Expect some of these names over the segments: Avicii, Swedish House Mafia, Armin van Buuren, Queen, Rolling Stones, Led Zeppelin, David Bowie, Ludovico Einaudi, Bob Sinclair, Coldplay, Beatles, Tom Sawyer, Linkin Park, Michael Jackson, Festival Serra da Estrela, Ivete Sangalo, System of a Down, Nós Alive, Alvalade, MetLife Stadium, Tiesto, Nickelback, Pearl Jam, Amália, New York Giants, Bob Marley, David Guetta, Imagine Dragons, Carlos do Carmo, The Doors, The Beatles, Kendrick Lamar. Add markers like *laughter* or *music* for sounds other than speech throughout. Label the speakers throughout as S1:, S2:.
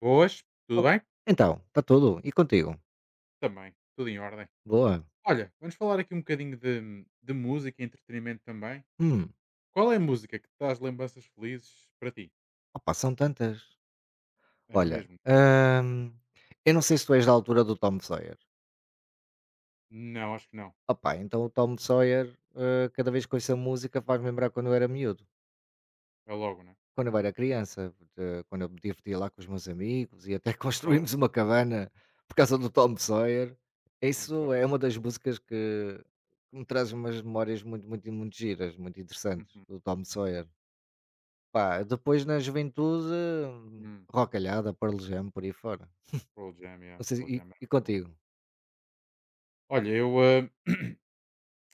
S1: Boas, tudo
S2: Oh,
S1: bem?
S2: então, está tudo. E contigo?
S1: Também, tudo em ordem.
S2: Boa?
S1: Olha, vamos falar aqui um bocadinho de música e entretenimento também.
S2: Hum,
S1: Qual é a música que te traz lembranças felizes para ti?
S2: opa, são tantas.
S1: É
S2: Olha,
S1: mesmo?
S2: eu não sei se tu és da altura do Tom Sawyer.
S1: Não, acho que não.
S2: Opa, então o Tom Sawyer, cada vez que ouço a música, faz-me lembrar quando eu era miúdo.
S1: É logo, né?
S2: Quando eu era criança, quando eu me divertia lá com os meus amigos e até *laughs*
S1: Claro.
S2: construímos uma cabana por causa do Tom Sawyer.
S1: I'm
S2: Isso é
S1: sorry, né?
S2: uma das músicas que me traz umas memórias muito, muito, muito giras, muito interessantes,
S1: Uhum.
S2: do Tom Sawyer. Pá, depois na juventude,
S1: Hum.
S2: rocalhada, Pearl Jam, por aí fora.
S1: Pearl Jam, yeah.
S2: Não sei,
S1: Pearl Jam
S2: e
S1: é
S2: e
S1: muito bom.
S2: contigo?
S1: Olha, eu,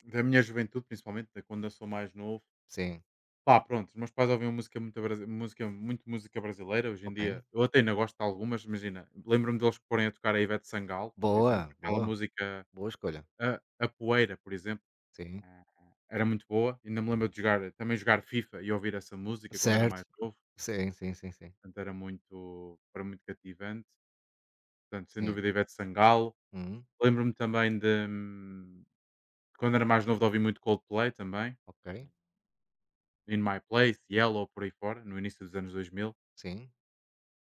S1: da minha juventude, principalmente, da quando eu sou mais novo,
S2: Sim,
S1: pá, pronto, os meus pais ouviam música muito, música, muito música brasileira. Hoje em
S2: ok.
S1: dia, eu até ainda gosto de algumas, imagina, lembro-me deles porem a tocar a Ivete Sangalo, por exemplo,
S2: Boa,
S1: aquela
S2: boa,
S1: música
S2: boa escolha.
S1: A poeira, por exemplo,
S2: Sim,
S1: ah, era muito boa. Ainda me lembro de jogar também jogar FIFA e ouvir essa música quando era
S2: certo.
S1: mais novo,
S2: Sim, sim, sim, sim,
S1: portanto era muito cativante. Portanto, sem
S2: sim.
S1: dúvida, Ivete Sangalo.
S2: Uhum,
S1: Lembro-me também de, quando era mais novo, de ouvir muito Coldplay também,
S2: ok,
S1: In My Place, Yellow, por aí fora, no início dos anos 2000.
S2: sim.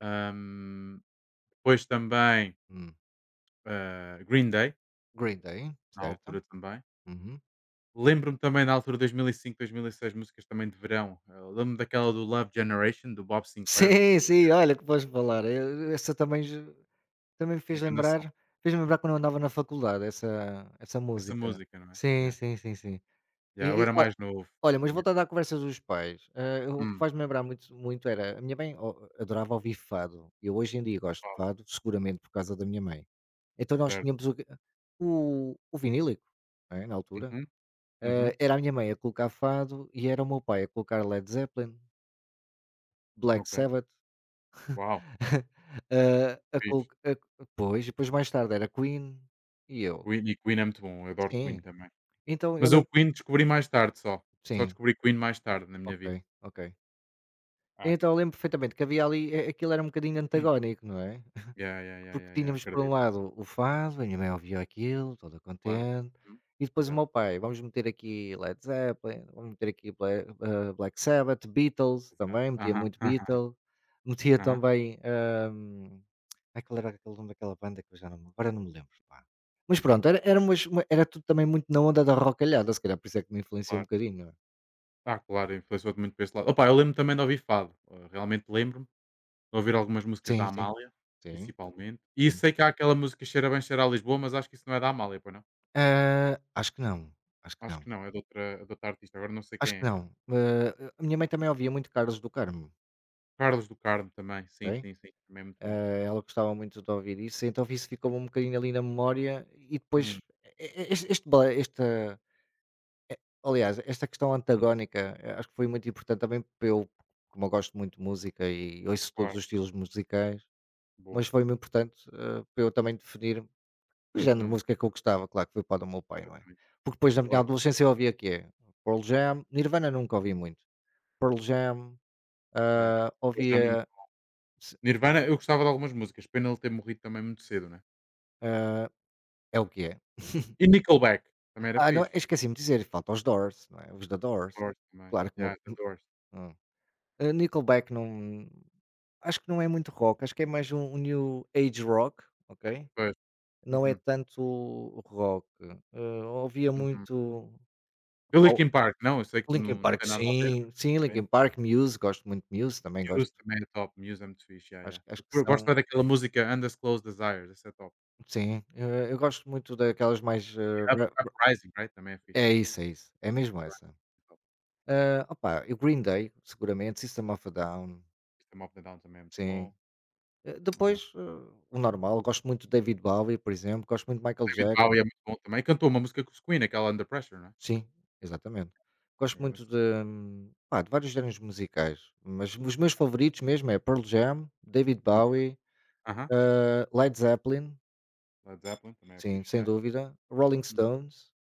S1: Ahm, depois também,
S2: Hum.
S1: Green Day,
S2: Green Day,
S1: na
S2: certo.
S1: altura também.
S2: Uhum. *laughs*
S1: Lembro-me também na altura de 2005, 2006 músicas também de verão. Eu lembro-me daquela do Love Generation, do Bob Sinclair, não sei
S2: Sim,
S1: se
S2: sim, olha que podes falar. Eu essa também j também me fez
S1: é grande som.
S2: lembrar fez-me lembrar quando eu andava na faculdade, essa
S1: Essa
S2: música.
S1: música, não é?
S2: Sim,
S1: Yeah.
S2: sim, sim, sim.
S1: Yeah, eu
S2: E e,
S1: era mais novo.
S2: Olha, mas
S1: Yeah.
S2: voltando à conversa dos pais, eh, o que
S1: Hum,
S2: faz-me lembrar muito muito era a minha mãe o adorava ouvir fado. Eu hoje em dia gosto de
S1: claro,
S2: fado, seguramente por causa da minha mãe. Então nós
S1: certo.
S2: tínhamos o vinílico, não é, na altura.
S1: Uhum, uhum,
S2: Eh, era a minha mãe a colocar fado e era o meu pai a colocar Led Zeppelin, Black
S1: ok.
S2: Sabbath,
S1: Uau,
S2: *laughs* a colo
S1: fixe.
S2: a pois, depois mais tarde era Queen e eu
S1: Queen, e Queen é muito bom, eu adoro
S2: sim,
S1: Queen também.
S2: então eu
S1: Mas eu
S2: lembro
S1: Queen descobri mais tarde só. Só
S2: sim,
S1: descobri Queen mais tarde na minha
S2: ok,
S1: vida.
S2: ok.
S1: Ah.
S2: Então eu lembro perfeitamente que havia ali a aquilo era um bocadinho
S1: *clears throat*
S2: antagónico, não é?
S1: Yeah, yeah, yeah,
S2: Porque
S1: yeah, yeah,
S2: tínhamos por um
S1: acredito.
S2: lado o fado, a minha
S1: Hum.
S2: mãe ouvia aquilo, toda
S1: Claro.
S2: contente,
S1: Hum.
S2: e depois o
S1: Exato,
S2: meu pai, vamos meter aqui Led Zeppelin, vamos meter aqui Black, Black Sabbath, Beatles
S1: exato.
S2: também, metia
S1: Aham,
S2: muito
S1: aham,
S2: Beatles, *laughs* metia
S1: aham,
S2: também, ai qual era aquele nome daquela banda que eu já não me agora não me lembro, pá. Mas pronto, era era umas uma era tudo também muito na onda da rocalhada, se calhar por isso é que me influenciou um
S1: claro.
S2: bocadinho, não é?
S1: Ah, claro, influenciou-te muito para esse lado. Opa, eu lembro também de ouvir fado. Realmente lembro-me de ouvir algumas músicas da
S2: Sim, sim,
S1: Amália. Uhum.
S2: sim,
S1: Principalmente. E
S2: sim.
S1: sei que há aquela música Cheira Bem, Cheira a Lisboa, mas acho que isso não é da Amália, pois não?
S2: Ah, acho que não, acho que
S1: Acho
S2: não,
S1: que não, é de outra artista. Agora não sei quem
S2: acho que
S1: é.
S2: não. Eh, a minha mãe também ouvia muito Carlos do Carmo.
S1: Carlos do Carmo também. Sim,
S2: Ok.
S1: sim, sim. Também é muito bom.
S2: Eh, ela gostava muito de ouvir isso, então isso ficou um bocadinho ali na memória e
S1: Hum,
S2: depois este, este esta, aliás, esta questão
S1: hum,
S2: antagónica acho que foi muito importante também para eu, como eu gosto muito de música e ouço todos
S1: claro,
S2: os estilos musicais, mas
S1: boa.
S2: foi muito importante para eu também definir o género de
S1: Uhum,
S2: música que eu gostava, claro que foi para o do meu pai, não é?
S1: exatamente.
S2: Porque depois na minha
S1: Claro,
S2: adolescência eu ouvia que é Pearl Jam, Nirvana nunca ouvi muito, Pearl Jam,
S1: né?
S2: ah,
S1: Eu já me-
S2: ouvia,
S1: Nirvana, eu gostava de algumas músicas. Pena ele ter morrido também muito cedo, né?
S2: eh, é o que é?
S1: E Nickelback. Também era
S2: Ah, não,
S1: fixe.
S2: esqueci-me de dizer, falta os Doors, não é? Os da Doors.
S1: Doors também.
S2: Claro que o
S1: Yeah, The
S2: meu
S1: Doors.
S2: hum. Eh, Nickelback não acho que não é muito rock, acho que é mais um new age rock, ok?
S1: Pois.
S2: Não é
S1: Uhum,
S2: tanto rock. Eh, ouvia
S1: uhum.
S2: muito
S1: Eu
S2: ao
S1: Linkin Park, não, eu sei que
S2: Linkin
S1: não
S2: Park,
S1: tem nada a ver,
S2: sim,
S1: mas é
S2: sim, Linkin
S1: diferente.
S2: Park, Muse, gosto muito de Muse, também gosto.
S1: Muse também é top, Muse é muito fixe, yeah,
S2: Acho
S1: yeah.
S2: acho que
S1: Gosto
S2: são
S1: é daquela música Undisclosed Desires, essa é top.
S2: sim, eu gosto muito daquelas mais,
S1: E Up
S2: ra
S1: Uprising, right, também é fixe,
S2: é
S1: né.
S2: isso, é isso, é mesmo essa.
S1: Uprising é top, yeah.
S2: Ah, opa, o Green Day, seguramente, System of a Down,
S1: System of a Down também é muito
S2: sim.
S1: bom.
S2: Eh,
S1: Ah,
S2: depois, o normal, gosto muito de David Bowie, por exemplo, gosto muito de Michael
S1: David Bowie
S2: Jackson.
S1: é muito bom também, cantou uma música com os Queen, aquela Under Pressure, não é?
S2: Sim, exatamente. Gosto
S1: Eu não
S2: muito
S1: sei.
S2: de, pá, de vários géneros musicais, mas os meus favoritos mesmo é Pearl Jam, David
S1: Hum,
S2: Bowie,
S1: aham.
S2: Led Zeppelin,
S1: Led Zeppelin também é
S2: sim,
S1: fixe,
S2: sem
S1: yeah, yeah.
S2: dúvida, Rolling
S1: Hum.
S2: Stones,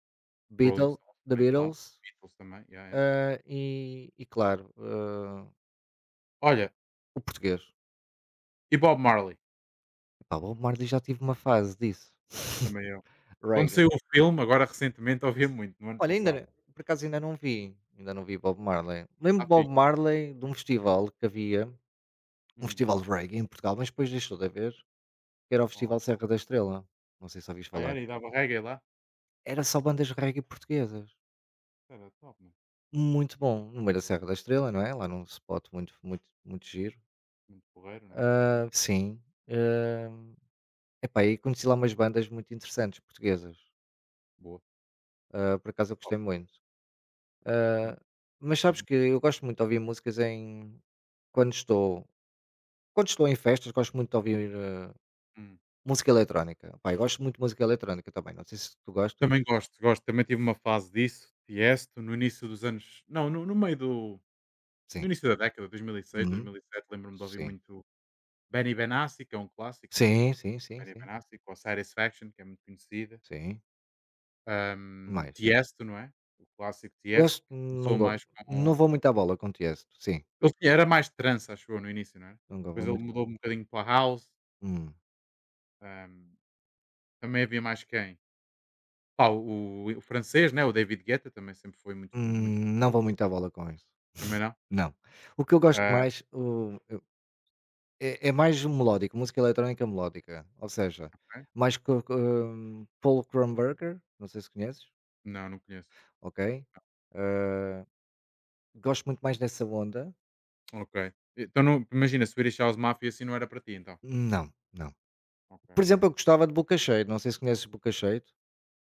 S1: Rolling
S2: Beatle,
S1: Stones
S2: The
S1: também, claro.
S2: Beatles,
S1: Beatles também, yeah, yeah.
S2: e claro,
S1: Olha,
S2: o português.
S1: e Bob Marley,
S2: Pá, o Bob Marley já tive uma fase disso. *laughs*
S1: também eu. Quando
S2: Reggae.
S1: saiu o filme, agora recentemente, *laughs* ouvia muito, no ano
S2: Olha, ainda
S1: passado.
S2: por acaso ainda não vi Bob Marley. Lembro de
S1: Está
S2: Bob
S1: fixe.
S2: Marley de um
S1: Hum.
S2: festival que havia, um
S1: Hum.
S2: festival de reggae em Portugal, mas depois deixou de haver, que era o
S1: Oh,
S2: Festival Serra da Estrela, não sei se ouviste
S1: ah,
S2: falar.
S1: era? E dava reggae lá?
S2: Era só bandas reggae portuguesas,
S1: Era top, mano.
S2: muito bom, no meio da Serra da Estrela, não é, lá num spot muito muito muito giro.
S1: Muito porreiro, não é? Uhum.
S2: Ah, sim, hã, epá, e conheci lá umas bandas muito interessantes portuguesas,
S1: Boa.
S2: ah, por acaso eu gostei
S1: Top.
S2: muito.
S1: Hum,
S2: Mas sabes
S1: uhum,
S2: que eu gosto muito de ouvir músicas em quando estou quando estou em festas, gosto muito de ouvir, ah,
S1: hum.
S2: música eletrónica. Pá, eu gosto muito de música eletrónica também, não sei se tu gostas.
S1: Também gosto, gosto. Também tive uma fase disso, Tiesto, no início dos anos não, no meio do
S2: Sim.
S1: no início da década, 2006,
S2: Uhum.
S1: 2007, lembro-me de ouvir
S2: Sim.
S1: muito Benny Benassi, que é um clássico, né,
S2: Sim, sim, sim,
S1: Benny
S2: sim.
S1: Benassi, com a Satisfaction, que é muito conhecida.
S2: Sim. Mais.
S1: Tiesto, não é? O clássico Tiesto,
S2: Gosto,
S1: que
S2: não
S1: começou
S2: go
S1: mais
S2: não
S1: com
S2: vou muito à bola com Tiesto. Sim,
S1: ele, tinha era mais trance, acho eu, no início, não era?
S2: Não vou
S1: Depois ele
S2: muito
S1: mudou um bocadinho para house.
S2: Hum.
S1: Hum, também havia mais quem? Pá, o francês, né, o David Guetta também sempre foi muito
S2: Não
S1: famoso,
S2: vou muito à bola com isso.
S1: também não?
S2: Não. O que eu gosto
S1: Ah,
S2: mais, o eu é mais melódico, música eletrónica melódica, ou seja,
S1: não é?
S2: mais co Paul Krumberger, não sei se conheces,
S1: Não, não conheço.
S2: ok? Hã, gosto muito mais dessa onda.
S1: Ok. Então não imagina, Swedish House Mafia assim não era para ti então?
S2: Não, não.
S1: Ok,
S2: Por
S1: ok.
S2: exemplo, eu gostava de Bocacheiro, não sei se conheces Bocacheiro.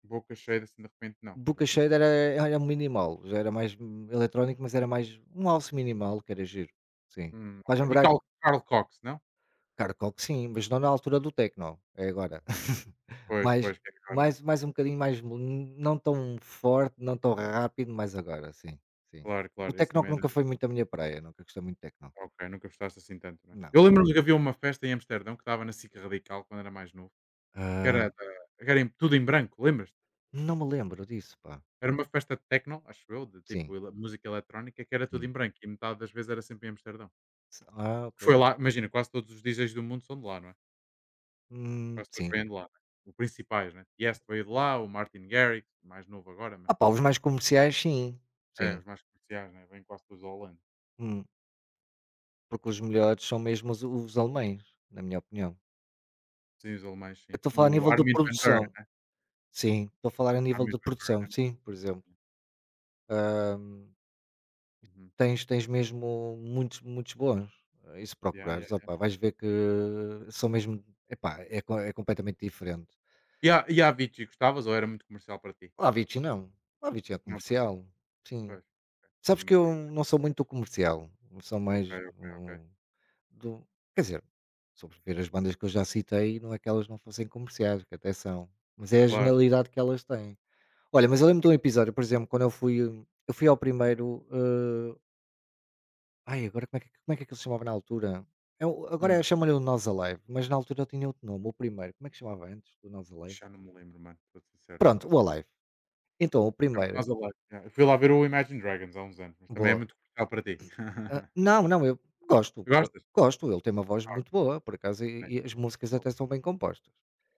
S1: Boca Cheia assim de repente não, sou-te
S2: Bocacheiro era
S1: sincero.
S2: era minimal, já era mais, eletrónico, mas era mais um house minimal que era giro, sim. Vais
S1: Ok. E
S2: lembrar
S1: Carl Cox, não?
S2: Carcock sim, mas não na altura do techno, é agora. *laughs*
S1: Pois,
S2: Mais
S1: pois, que é caro, né?
S2: mais um bocadinho mais mo não tão forte, não tão rápido, mas agora, sim, sim.
S1: Claro,
S2: O
S1: claro, esse
S2: techno que
S1: também era
S2: nunca foi muito a minha praia, nunca gostei muito de techno,
S1: ok, nunca gostaste assim tanto, né?
S2: não.
S1: Eu lembro-me que havia uma festa em Amsterdão que dava na SIC Radical quando era mais novo, que
S2: Hã,
S1: era da que era em tudo em branco, lembras.
S2: não me lembro disso, pá.
S1: Era uma festa de techno, acho eu, de tipo
S2: Sim,
S1: ele música eletrónica, que era tudo
S2: hum.
S1: em branco e metade das vezes era sempre em Amsterdão.
S2: Ah, ok.
S1: Foi lá imagina, quase todos os DJs do mundo são de lá, não é? Quase todos
S2: Sim.
S1: vêm de lá, né, os principais, né. Tiesto veio de lá, o Martin Garrix, mais novo agora, mas
S2: Ah pá, os mais comerciais sim,
S1: é,
S2: sim.
S1: os mais comerciais, né, vêm quase todos da Holanda.
S2: Hum, porque os melhores são mesmo os alemães, na minha opinião.
S1: Sim, os alemães,
S2: Eu
S1: sim.
S2: estou a falar a
S1: O
S2: nível de
S1: Armin van Buuren,
S2: produção.
S1: né?
S2: Sim, estou a falar a nível
S1: Armin
S2: de
S1: van Buuren
S2: produção,
S1: é muito
S2: sim, por exemplo.
S1: bom. Né? Uhum.
S2: Tens mesmo muitos, muitos bons. E se
S1: Yeah,
S2: procurares,
S1: yeah.
S2: opá, vais ver que são mesmo epá, é co é completamente diferente.
S1: E a Avicii, gostavas ou era muito comercial para ti?
S2: O Avicii não, o Avicii é
S1: Não, para
S2: comercial, sim.
S1: pois, ok, era
S2: Sabes que
S1: muito
S2: eu
S1: tipo
S2: não sou muito comercial, sou
S1: ok,
S2: mais
S1: ok, ok.
S2: um Do quer dizer, sobreviver as bandas que eu já citei, não é que elas não fossem comerciais, que até são, mas é a
S1: Claro.
S2: genialidade que elas têm. Olha, mas eu lembro de um episódio, por exemplo, quando eu fui ao primeiro, ai agora como é que aquilo se chamava na altura? É o agora
S1: Hum,
S2: chamam-lhe o Nós Alive, mas na altura eu tinha outro nome, o primeiro, como é que se chamava antes do Nós Alive?
S1: já não me lembro, mano, sou-te sincero, não
S2: Pronto,
S1: faço.
S2: o Alive. Então o
S1: É o
S2: primeiro
S1: Nós Alive, yeah. Eu fui lá ver o Imagine Dragons há uns anos, mas também é
S2: boa.
S1: muito comercial para ti.
S2: Ah,
S1: *laughs*
S2: não, não, eu gosto,
S1: Gostas?
S2: gosto, ele tem uma voz
S1: Ah,
S2: muito boa, por acaso,
S1: ok.
S2: e as músicas até são bem compostas.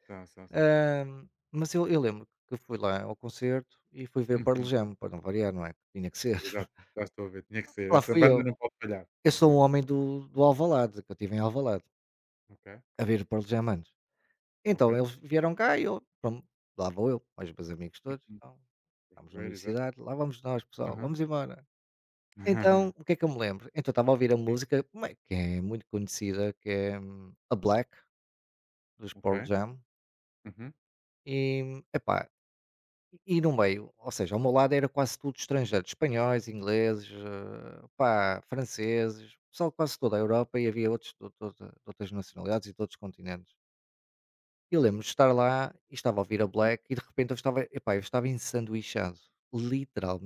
S1: São, são, são, são.
S2: Mas eu lembro que fui lá ao concerto e fui ver Pearl
S1: Uhum.
S2: Jam, para não variar, não é? Tinha que ser.
S1: Exato,
S2: *laughs*
S1: já estou a ver, tinha que ser.
S2: Lá
S1: Essa
S2: fui
S1: banda
S2: eu.
S1: não pode falhar. *laughs*
S2: Eu sou um
S1: Uhum.
S2: homem do Alvalade, que eu estive em Alvalade,
S1: Ok,
S2: a ver Pearl Jam antes. Então
S1: ok.
S2: eles vieram cá e eu, pronto, lá vou eu, mais os meus amigos todos,
S1: Uhum.
S2: então,
S1: Deixa
S2: estávamos
S1: eu
S2: na
S1: ver, exato.
S2: universidade, lá vamos nós pessoal,
S1: Aham.
S2: vamos embora. Então, o
S1: *laughs*
S2: que é que eu me lembro? Então estava a ouvir a música, uma que é muito conhecida, que é, a Black, dos
S1: Ok.
S2: Pearl Jam,
S1: Uhum.
S2: e, epá, E e no meio, ou seja, ao meu lado era quase tudo estrangeiro, espanhóis, ingleses, pá, franceses, pessoal de quase toda a Europa e havia outros de outras nacionalidades e de outros continentes. Eu lembro de estar lá e estava a ouvir a Black e de repente eu estava, epá, eu estava ensanduichado,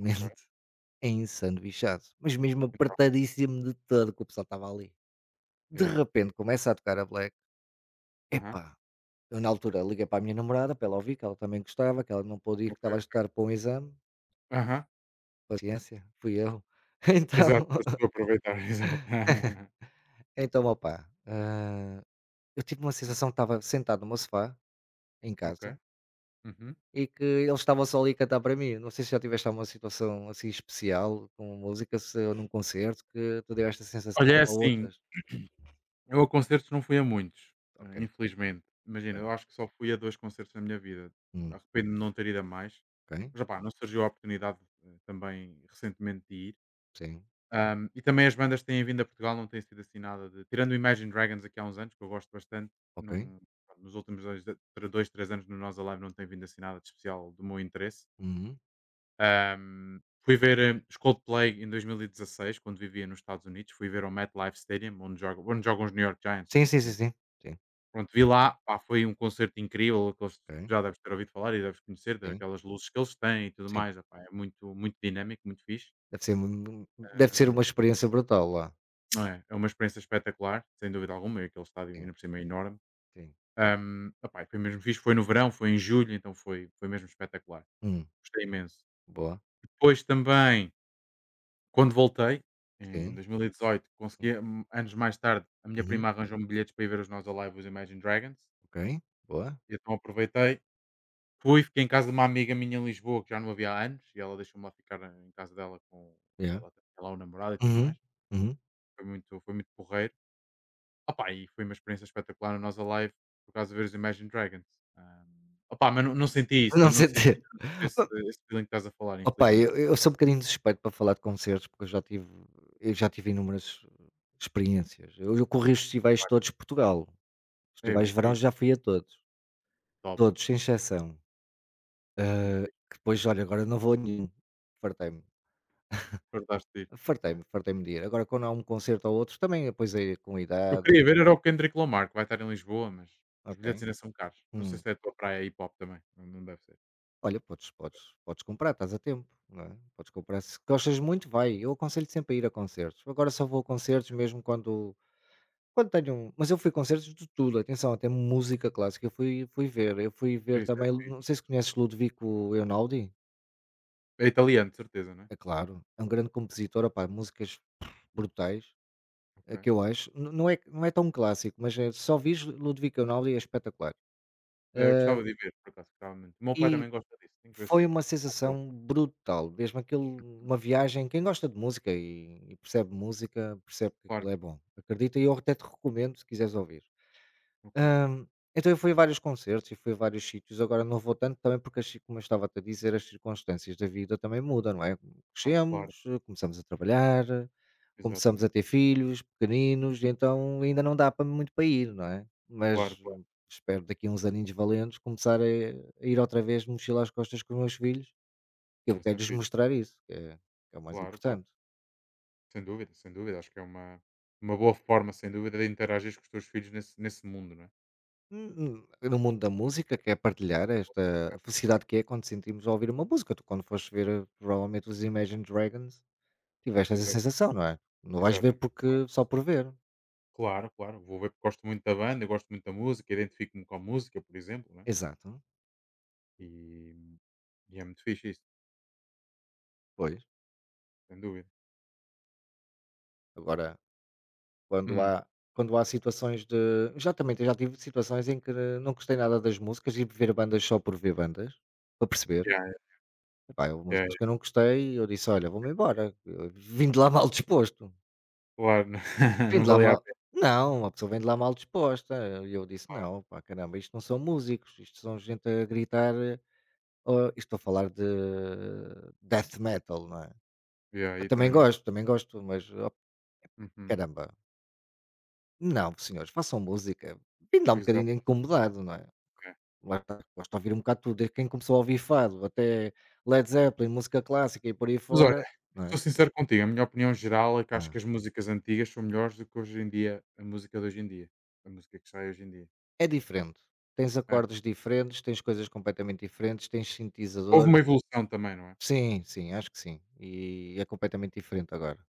S1: Ok.
S2: *laughs* ensanduichado, mas mesmo
S1: Então,
S2: apertadíssimo de todo que o pessoal estava ali. De
S1: yeah.
S2: repente começa a tocar a Black,
S1: Aham.
S2: epá, eu na altura liguei para a minha namorada para ela ouvir que ela também gostava, que ela não pôde ir, que
S1: Ok,
S2: estava a
S1: ok.
S2: estudar para um exame.
S1: Aham.
S2: Paciência, fui eu.
S1: Exato, mas
S2: *laughs* Então
S1: estou a aproveitar, *laughs* exato.
S2: então, eu tive uma
S1: Hum,
S2: sensação que estava sentado no meu sofá, em casa,
S1: ok. Uhum.
S2: e que eles estavam só ali a cantar para mim. Não sei se já tiveste alguma situação, assim, especial com música, se ou num concerto que te deu esta
S1: Olha,
S2: sensação
S1: é
S2: a
S1: assim,
S2: outras.
S1: eu a concertos não fui a muitos,
S2: Ok,
S1: infelizmente. Imagina, eu
S2: ok.
S1: acho que só fui a 2 concertos na minha vida.
S2: Hum,
S1: Arrependo-me de não ter ido a mais.
S2: ok.
S1: Mas, opá, não surgiu a oportunidade, também recentemente de ir.
S2: Sim,
S1: E também as bandas que têm vindo a Portugal não têm sido assim nada de. Tirando o Imagine Dragons aqui há uns anos, que eu gosto bastante,
S2: ok.
S1: não, nos últimos dois, três anos no Nós Alive não tem vindo assim nada de especial do meu interesse.
S2: Uhum.
S1: Fui ver os Coldplay em 2016, quando vivia nos Estados Unidos. Fui ver ao MetLife Stadium, onde jogam os New York Giants, não
S2: Sim,
S1: sei se
S2: sim, sim,
S1: conhece.
S2: sim. Sim,
S1: Pronto, vi lá, pá, foi um concerto incrível, aqueles
S2: ok.
S1: já deves ter ouvido falar e deves conhecer,
S2: Sim,
S1: daquelas luzes que eles têm e tudo
S2: sim.
S1: mais, opá, é muito, muito dinâmico, muito fixe.
S2: Deve ser mu deve ser
S1: Ahm,
S2: uma experiência brutal lá.
S1: não é, é uma experiência espetacular, sem dúvida alguma, e aquele estádio
S2: Sim,
S1: ainda por cima é enorme.
S2: sim.
S1: Opá, e foi mesmo fixe, foi no verão, foi em julho, então foi, foi mesmo espetacular.
S2: Hum,
S1: Gostei imenso.
S2: boa.
S1: Depois também, quando voltei, em
S2: Sim.
S1: 2018,
S2: Hum,
S1: consegui, anos mais tarde, a minha
S2: uhum,
S1: prima arranjou-me bilhetes para ir ver os Nós Alive, os Imagine Dragons,
S2: ok, boa.
S1: e então aproveitei. Fui, fiquei em casa de uma amiga minha em Lisboa, que já não havia via há anos, e ela deixou-me lá ficar em casa dela com, e
S2: É.
S1: ela tem lá o namorado e tudo
S2: Uhum,
S1: mais.
S2: uhum.
S1: Foi muito porreiro. Opa, e foi uma experiência espetacular no Nós Alive, por causa de ver os Imagine Dragons. Ah, opa, mas não, não senti isso, né?
S2: Não
S1: Não senti
S2: CD.
S1: esse,
S2: *laughs*
S1: esse feeling que estás a falar,
S2: Opa,
S1: infelizmente.
S2: eu sou um bocadinho suspeito para falar de concertos, porque eu já tive inúmeras experiências. Eu corri os festivais
S1: Claro.
S2: todos de Portugal.
S1: É
S2: Festivais
S1: bem
S2: de verão
S1: fixe,
S2: já fui a todos,
S1: top,
S2: todos, sem exceção.
S1: muito fixe.
S2: Que depois, olha, agora não vou a nenhum. Fartei-me,
S1: Acordaste de ir. Yeah.
S2: fartei-me de ir. Agora quando há um concerto ou outro, também, pois é, com a
S1: Eu
S2: idade,
S1: queria ver era o Kendrick Lamar, que vai estar em Lisboa, mas os bilhetes
S2: ok.
S1: ainda são caros. Não sei
S2: Hum.
S1: se é a tua praia hip hop também, não não deve ser.
S2: Olha, podes comprar, estás a tempo, não é? Podes comprar, se gostas muito, vai. Eu aconselho sempre a ir a concertos. Agora só vou a concertos mesmo quando tenho mas eu fui a concertos de tudo, atenção, até música clássica eu fui ver. Eu fui ver
S1: Isso é
S2: também,
S1: fixe.
S2: não sei se conheces Ludovico Einaudi?
S1: É italiano, de certeza, não é?
S2: É claro, é um grande compositor, opá, músicas brutais,
S1: Ok.
S2: é que eu acho. N não é não é tão clássico, mas é só vires Ludovico Einaudi é espetacular.
S1: Eu gostava de ver, por acaso, gostava muito. O meu
S2: Eh,
S1: pai
S2: e
S1: também gosta disso, tenho que ver se
S2: Foi uma
S1: vou com ele.
S2: sensação brutal, mesmo aquilo uma viagem, quem gosta de música e percebe música, percebe que
S1: Claro,
S2: aquilo é bom. Acredita, e eu até te recomendo se quiseres ouvir.
S1: ok.
S2: Hã, então eu fui a vários concertos e fui a vários sítios, agora não vou tanto também porque as ci como eu estava-te a dizer, as circunstâncias da vida também mudam, não é?
S1: Ah, claro,
S2: Crescemos, começamos a trabalhar, começamos a
S1: exatamente.
S2: ter filhos pequeninos, e então ainda não dá para muito para ir, não é?
S1: Claro,
S2: Mas
S1: claro.
S2: espero daqui a uns aninhos valentes começar a ir outra vez de mochila às costas com os meus filhos. Eu
S1: Isso é
S2: quero-lhes
S1: fixe.
S2: mostrar isso, que é o mais
S1: Claro, claro.
S2: importante.
S1: Sem dúvida, sem dúvida. Acho que é uma boa forma, sem dúvida, de interagir com os teus filhos nesse, nesse mundo, não é?
S2: No mundo da música, que é partilhar esta felicidade que é quando sentimos ao ouvir uma música. Tu quando foste ver, provavelmente, os Imagine Dragons, tiveste essa
S1: Exa-
S2: sensação, não é? Não vais ver
S1: exatamente.
S2: porque só por ver.
S1: Claro, claro. Vou ver porque gosto muito da banda, eu gosto muito da música, identifico-me com a música, por exemplo, não é?
S2: Exato,
S1: E, e é muito fixe isso,
S2: pois.
S1: sem dúvida.
S2: Agora, quando
S1: Hum.
S2: há quando há situações de já também já tive situações em que não gostei nada das músicas e ver bandas só por ver bandas, para perceber.
S1: Yeah,
S2: Epá, houve
S1: yeah,
S2: músicas
S1: yeah.
S2: que eu não gostei e eu disse: "Olha, vou-me embora, eu vim de lá mal disposto".
S1: Claro, *laughs*
S2: Vim
S1: não
S2: de lá
S1: valia a
S2: mal
S1: pena.
S2: não, a pessoa vem de lá mal disposta. E eu disse: "Não, pá, caramba, isto não são músicos, isto são gente a gritar, oh" e estou a falar de death metal, não é?
S1: Yeah,
S2: Eu
S1: aí também não.
S2: também gosto, mas, oh,
S1: Uhum.
S2: caramba, não, senhores, façam música. Vim de lá um
S1: Exato.
S2: bocadinho incomodado, não é?
S1: Yeah.
S2: Lá está, gosto de ouvir um bocado tudo, desde quem começou a ouvir fado até Led Zeppelin, música clássica e por aí
S1: Mas olha,
S2: fora, não é?
S1: sou sincero contigo, a minha opinião geral é que acho
S2: Ah,
S1: que as músicas antigas são melhores do que hoje em dia, a música de hoje em dia. A música que sai hoje em dia.
S2: é diferente. Tens
S1: É.
S2: acordes diferentes, tens coisas completamente diferentes, tens
S1: Houve
S2: sintetizadores.
S1: uma evolução também, não é?
S2: Sim, sim, acho que sim. E é completamente diferente agora.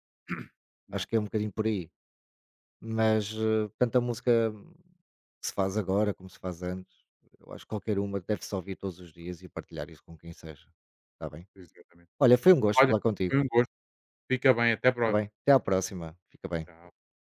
S1: Yeah,
S2: Acho que é um bocadinho por aí. Mas tanto a música que se faz agora como se faz antes, eu acho que qualquer uma deve-se ouvir todos os dias e partilhar isso com quem seja. Está bem?
S1: exatamente.
S2: Olha, foi um gosto
S1: Olha,
S2: falar contigo.
S1: foi um gosto. Fica bem, até
S2: Está
S1: breve.
S2: bem? Até à próxima. Fica bem.
S1: Tchau.